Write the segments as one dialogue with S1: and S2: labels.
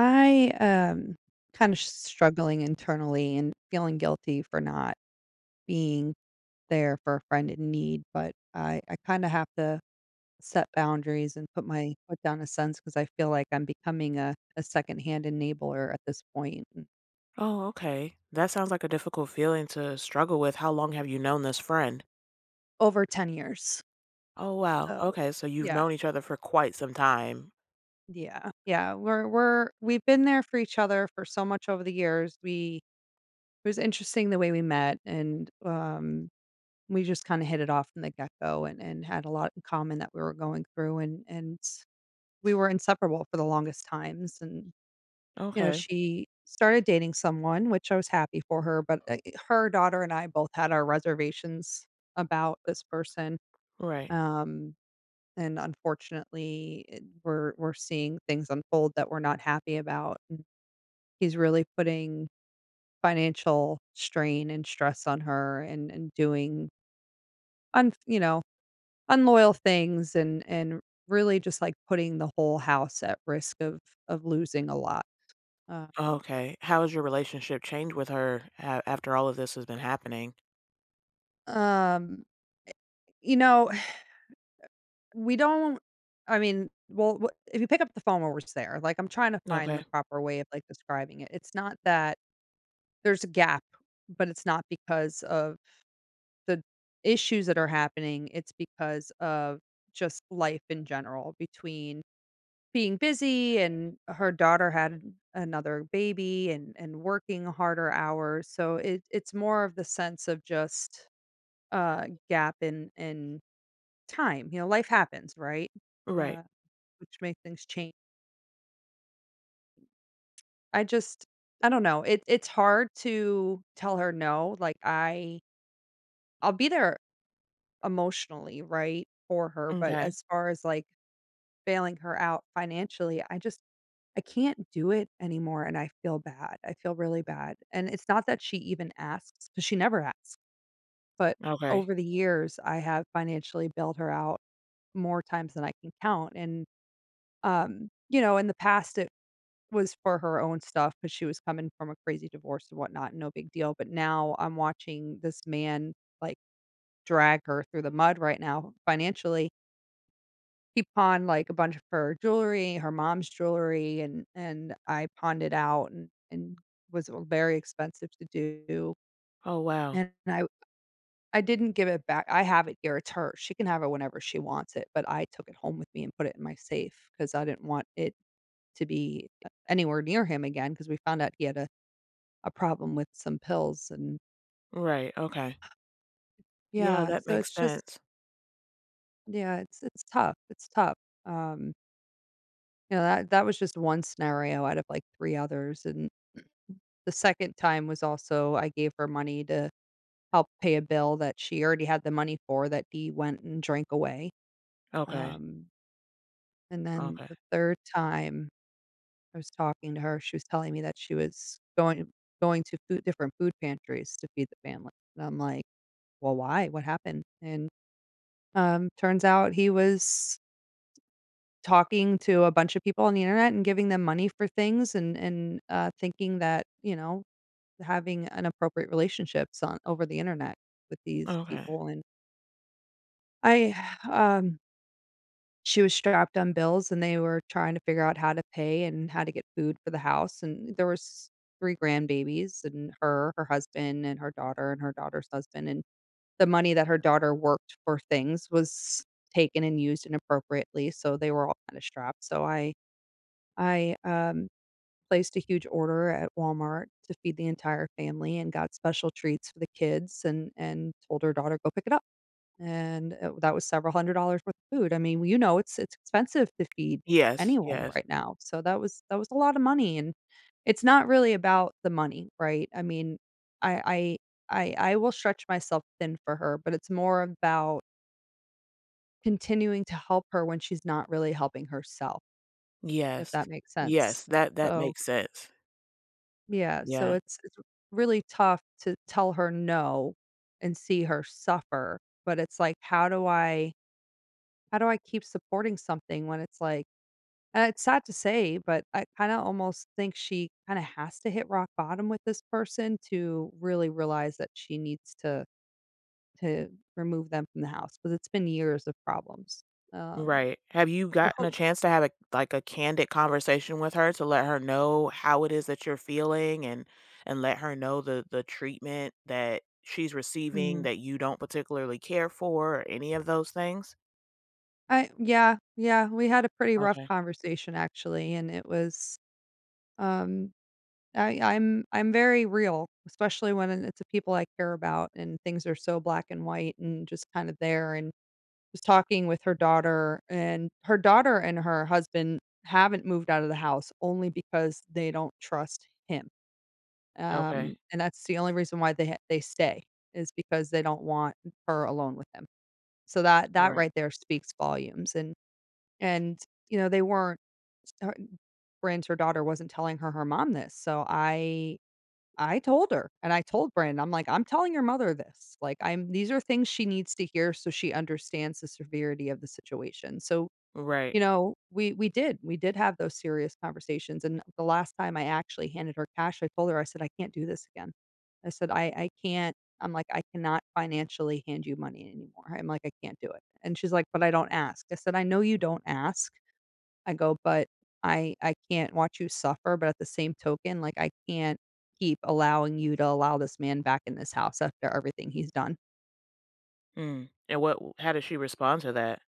S1: I kind of struggling internally and feeling guilty for not being there for a friend in need, but I kind of have to set boundaries and put my foot down a sense because I feel like I'm becoming a secondhand enabler at this point in
S2: Oh, okay. That sounds like a difficult feeling to struggle with. How long have you known this friend?
S1: over 10 years.
S2: Oh, wow.
S1: So,
S2: Okay, so you've
S1: yeah.
S2: known each other for quite some time.
S1: Yeah. Yeah, we've been there for each other for so much over the years. We It was interesting the way we met, and we just kinda hit it off from the get-go, and had a lot in common that we were going through, and we were inseparable for the longest times, and, you know,
S2: Okay,
S1: she started dating someone, which I was happy for her, but, her daughter and I both had our reservations about this person,
S2: right.
S1: um, and unfortunately, it we're seeing things unfold that we're not happy about, and he's really putting financial strain and stress on her, and doing unf you know, unloyal things, and really just like putting the whole house at risk of losing a lot. Uh,
S2: Okay. How has your relationship changed with her after all of this has been happening?
S1: um, you know, we don't. I mean, well, if you pick up the phone while we're there, like, I'm trying to find the
S2: Okay,
S1: proper way of like describing it. It's not that there's a gap, but it's not because of the issues that are happening. It's because of just life in general. Between Being busy and her daughter had another baby, and working harder hours, so it's more of the sense of just a gap in time. You know, life happens, right?
S2: right.
S1: Uh, which makes things change. I just I don't know, it's hard to tell her no. Like, I I'll be there emotionally, right, for her, but
S2: Okay,
S1: as far as, like, bailing her out financially, I can't do it anymore, and I feel bad. I feel really bad, and it's not that she even asks, 'cause she never asks, but
S2: okay.
S1: over the years, I have financially bailed her out more times than I can count, and, you know, in the past, it was for her own stuff because she was coming from a crazy divorce and whatnot, no big deal. But now I'm watching this man, like, drag her through the mud right now financially. He pawned, like, a bunch of her jewelry, her mom's jewelry, and I pawned it out, and was very expensive to do,
S2: Oh, wow.
S1: and I didn't give it back. I have it here, it's hers. She can have it whenever she wants it, but I took it home with me and put it in my safe because I didn't want it to be anywhere near him again. Because we found out he had a problem with some pills and
S2: Right, okay. Yeah,
S1: yeah,
S2: that
S1: so
S2: makes
S1: it's just
S2: sense.
S1: yeah, it's tough, it's tough. Um, you know, that that was just one scenario out of, like, 3 others. And the second time was also I gave her money to help pay a bill that she already had the money for that he went and drank away.
S2: Okay,
S1: Um, and then
S2: okay,
S1: the third time I was talking to her, she was telling me that she was going to food different food pantries to feed the family. And I'm like, "Well, why? What happened?" And, turns out he was talking to a bunch of people on the internet and giving them money for things, and, thinking that, you know, having inappropriate relationships on over the internet with these
S2: okay.
S1: people, and I um, she was strapped on bills, and they were trying to figure out how to pay and how to get food for the house, and there was 3 grandbabies, and her, her husband, and her daughter, and her daughter's husband, and the money that her daughter worked for things was taken and used inappropriately, so they were all kinda strapped. So I placed a huge order at Walmart to feed the entire family, and got special treats for the kids, and told her daughter, "Go pick it up." And, that was several $100s worth of food. I mean, you know, it's expensive to feed
S2: Yes,
S1: anyone
S2: yes,
S1: right now. So that was a lot of money, and it's not really about the money, right? I mean, I I I will stretch myself thin for her, but it's more about continuing to help her when she's not really helping herself, if
S2: yes,
S1: that makes sense.
S2: yes. That that
S1: So
S2: makes sense.
S1: yeah, so
S2: Yeah.
S1: it's really tough to tell her no and see her suffer. But it's like, how do I keep supporting something when it's like, and it's sad to say, but I kind of almost think she kind of has to hit rock bottom with this person to really realize that she needs to remove them from the house because it's been years of problems. Um,
S2: Right. Have you
S1: but
S2: gotten a chance to have a like a candid conversation with her to let her know how it is that you're feeling and let her know the treatment that she's receiving
S1: mhm.
S2: that you don't particularly care for or any of those things?
S1: I yeah, yeah, we had a pretty rough
S2: Okay.
S1: conversation actually, and it was um I'm very real, especially when it's the people I care about, and things are so black and white and just kind of there. And was talking with her daughter, and her daughter and her husband haven't moved out of the house only because they don't trust him.
S2: Okay.
S1: And that's the only reason why they ha they stay is because they don't want her alone with him. So that that
S2: Right.
S1: right there speaks volumes. And, you know, they weren't her her daughter wasn't telling her her mom this. So I told her, and I told Brandon, I'm like, "I'm telling your mother this, like, I'm these are things she needs to hear so she understands the severity of the situation." So,
S2: Right.
S1: you know, we did have those serious conversations, and the last time I actually handed her cash, I told her, I said, "I can't do this again." I said, I'm like, "I cannot financially hand you money anymore." I'm like, "I can't do it." And she's like, "But I don't ask." I said, "I know you don't ask." I go, "But I can't watch you suffer, but at the same token, like, I can't keep allowing you to allow this man back in this house after everything he's done."
S2: Mm. And what how does she respond to that?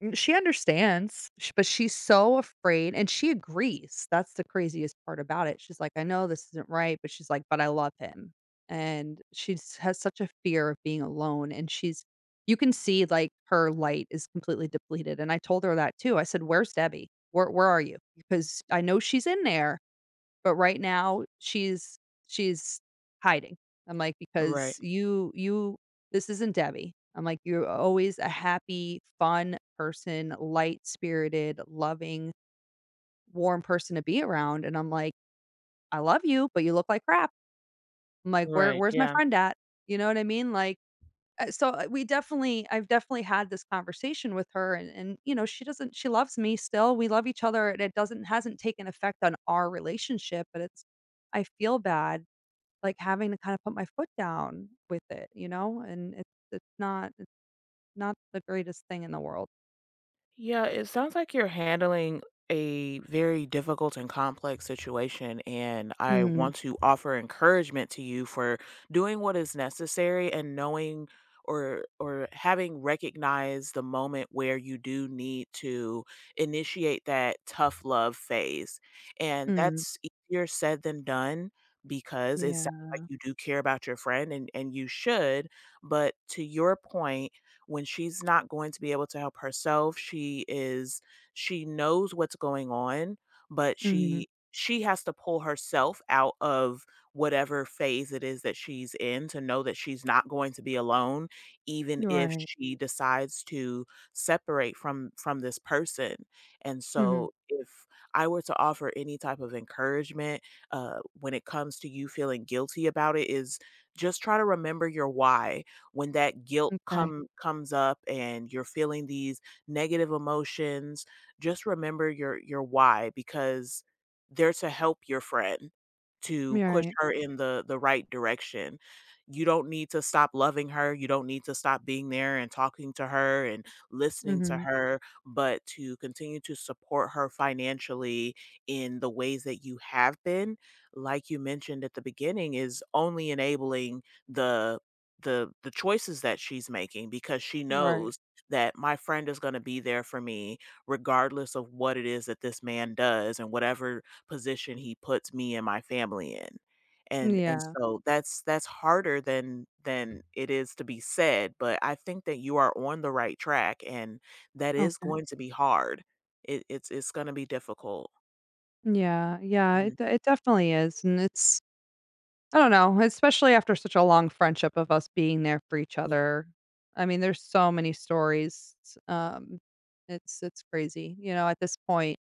S1: And she understands, sh but she's so afraid, and she agrees. That's the craziest part about it. She's like, "I know this isn't right," but she's like, "But I love him." And she's has such a fear of being alone, and she's you can see, like, her light is completely depleted, and I told her that too. I said, "Where's Debbie? Where are you? Because I know she's in there." But right now, she's hiding." I'm like, "Because
S2: Right.
S1: you this isn't Debbie." I'm like, "You're always a happy, fun person, light-spirited, loving, warm person to be around." And I'm like, "I love you, but you look like crap." I'm like,
S2: Right.
S1: Where's my
S2: Yeah.
S1: friend at?" You know what I mean? Like, we definitely I've definitely had this conversation with her and, you know, she doesn't she loves me still. We love each other, and it doesn't hasn't taken effect on our relationship, but it's I feel bad, like, having to kind of put my foot down with it, you know, and it's not it's not the greatest thing in the world.
S2: Yeah, it sounds like you're handling a very difficult and complex situation, and I
S1: Mm,
S2: want to offer encouragement to you for doing what is necessary and knowing or having recognized the moment where you do need to initiate that tough love phase. And
S1: mm,
S2: that's easier said than done because it sounds
S1: yeah.
S2: like you do care about your friend and you should, but to your point, when she's not going to be able to help herself, she knows what's going on, but
S1: Mhm.
S2: she has to pull herself out of whatever phase it is that she's in to know that she's not going to be alone even if
S1: Right.
S2: she decides to separate from this person. And
S1: Mhm.
S2: so if I were to offer any type of encouragement when it comes to you feeling guilty about it is just try to remember your why when that guilt
S1: Okay.
S2: come comes up and you're feeling these negative emotions, just remember your why because they're to help your friend, to
S1: Yeah,
S2: push
S1: right.
S2: her in the right direction. You don't need to stop loving her, you don't need to stop being there and talking to her and listening to
S1: Mhm.
S2: her, but to continue to support her financially in the ways that you have been, like you mentioned at the beginning, is only enabling the the choices that she's making because she
S1: Right.
S2: knows that my friend is going to be there for me regardless of what it is that this man does and whatever position he puts me and my family in and
S1: Yeah.
S2: so that's harder than it is to be said, but I think that you are on the right track, and that is
S1: Okay.
S2: going to be hard. It, it's going to be difficult.
S1: Yeah. Yeah. It
S2: Mhm.
S1: de- it definitely is, and it's I don't know, especially after such a long friendship of us being there for each
S2: Y-
S1: other. I mean, there's so many stories. Um, it's crazy, you know. At this point,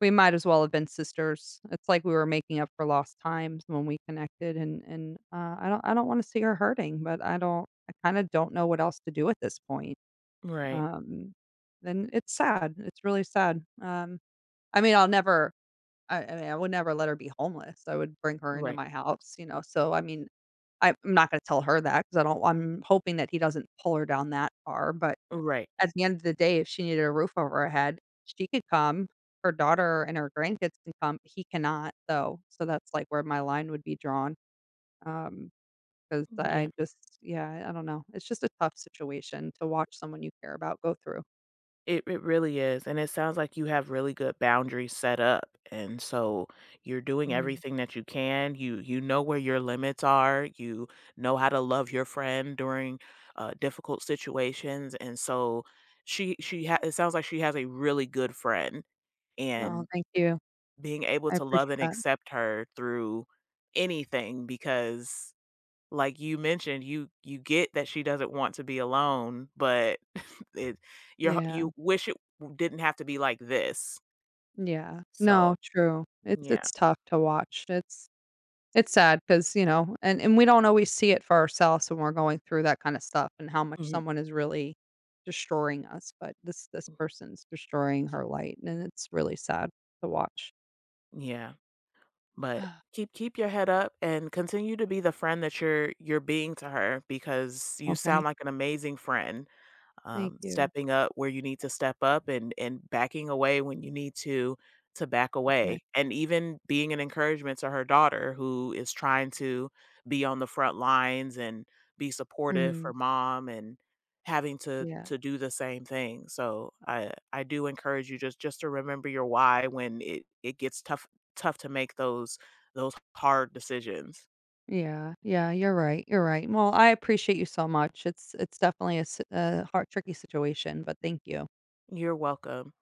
S1: we might as well have been sisters. It's like we were making up for lost times when we connected and, I don't wanna see her hurting, but I kinda don't know what else to do at this point.
S2: right,
S1: Um, and it's sad, it's really sad. I mean, I'll never I mean, I would never let her be homeless. I would bring her into
S2: right,
S1: my house, you know. So, I mean, I'm not gonna tell her that because I'm hoping that he doesn't pull her down that far. But
S2: right,
S1: at the end of the day, if she needed a roof over her head, she could come. Her daughter and her grandkids can come. He cannot though. So that's, like, where my line would be drawn. Um, Because
S2: yeah.
S1: I just yeah, I don't know. It's just a tough situation to watch someone you care about go through.
S2: It really is, and it sounds like you have really good boundaries set up, and so you're doing
S1: Mm.
S2: everything that you can. You know where your limits are. You know how to love your friend during difficult situations, and so it sounds like she has a really good friend,
S1: No,
S2: and
S1: thank you.
S2: being able
S1: I
S2: to
S1: appreciate
S2: love and
S1: that.
S2: accept her through anything because like you mentioned, you get that she doesn't want to be alone, but it you're
S1: Yeah,
S2: you wish it w didn't have to be like this.
S1: yeah.
S2: So,
S1: No, true.
S2: yeah.
S1: It's tough to watch. It's sad because you know, and we don't always see it for ourselves when we're going through that kinda stuff and how much
S2: Mhm.
S1: someone is really destroying us. But this person's destroying her light, and it's really sad to watch.
S2: Yeah, but keep keep your head up and continue to be the friend that you're being to her because you
S1: Okay.
S2: sound like an amazing friend.
S1: Thank
S2: Um,
S1: you.
S2: stepping up where you need to step up and backing away when you need to back
S1: Okay.
S2: away, and even being an encouragement to her daughter who is trying to be on the front lines and be supportive
S1: Mhm.
S2: for mom and having to
S1: Yeah.
S2: do the same thing. So I do encourage you just to remember your why when it gets tough, tough to make those hard decisions.
S1: Yeah. Yeah, you're right, you're right. Well, I appreciate you so much. It's definitely a hard tricky situation, but thank you.
S2: You're welcome.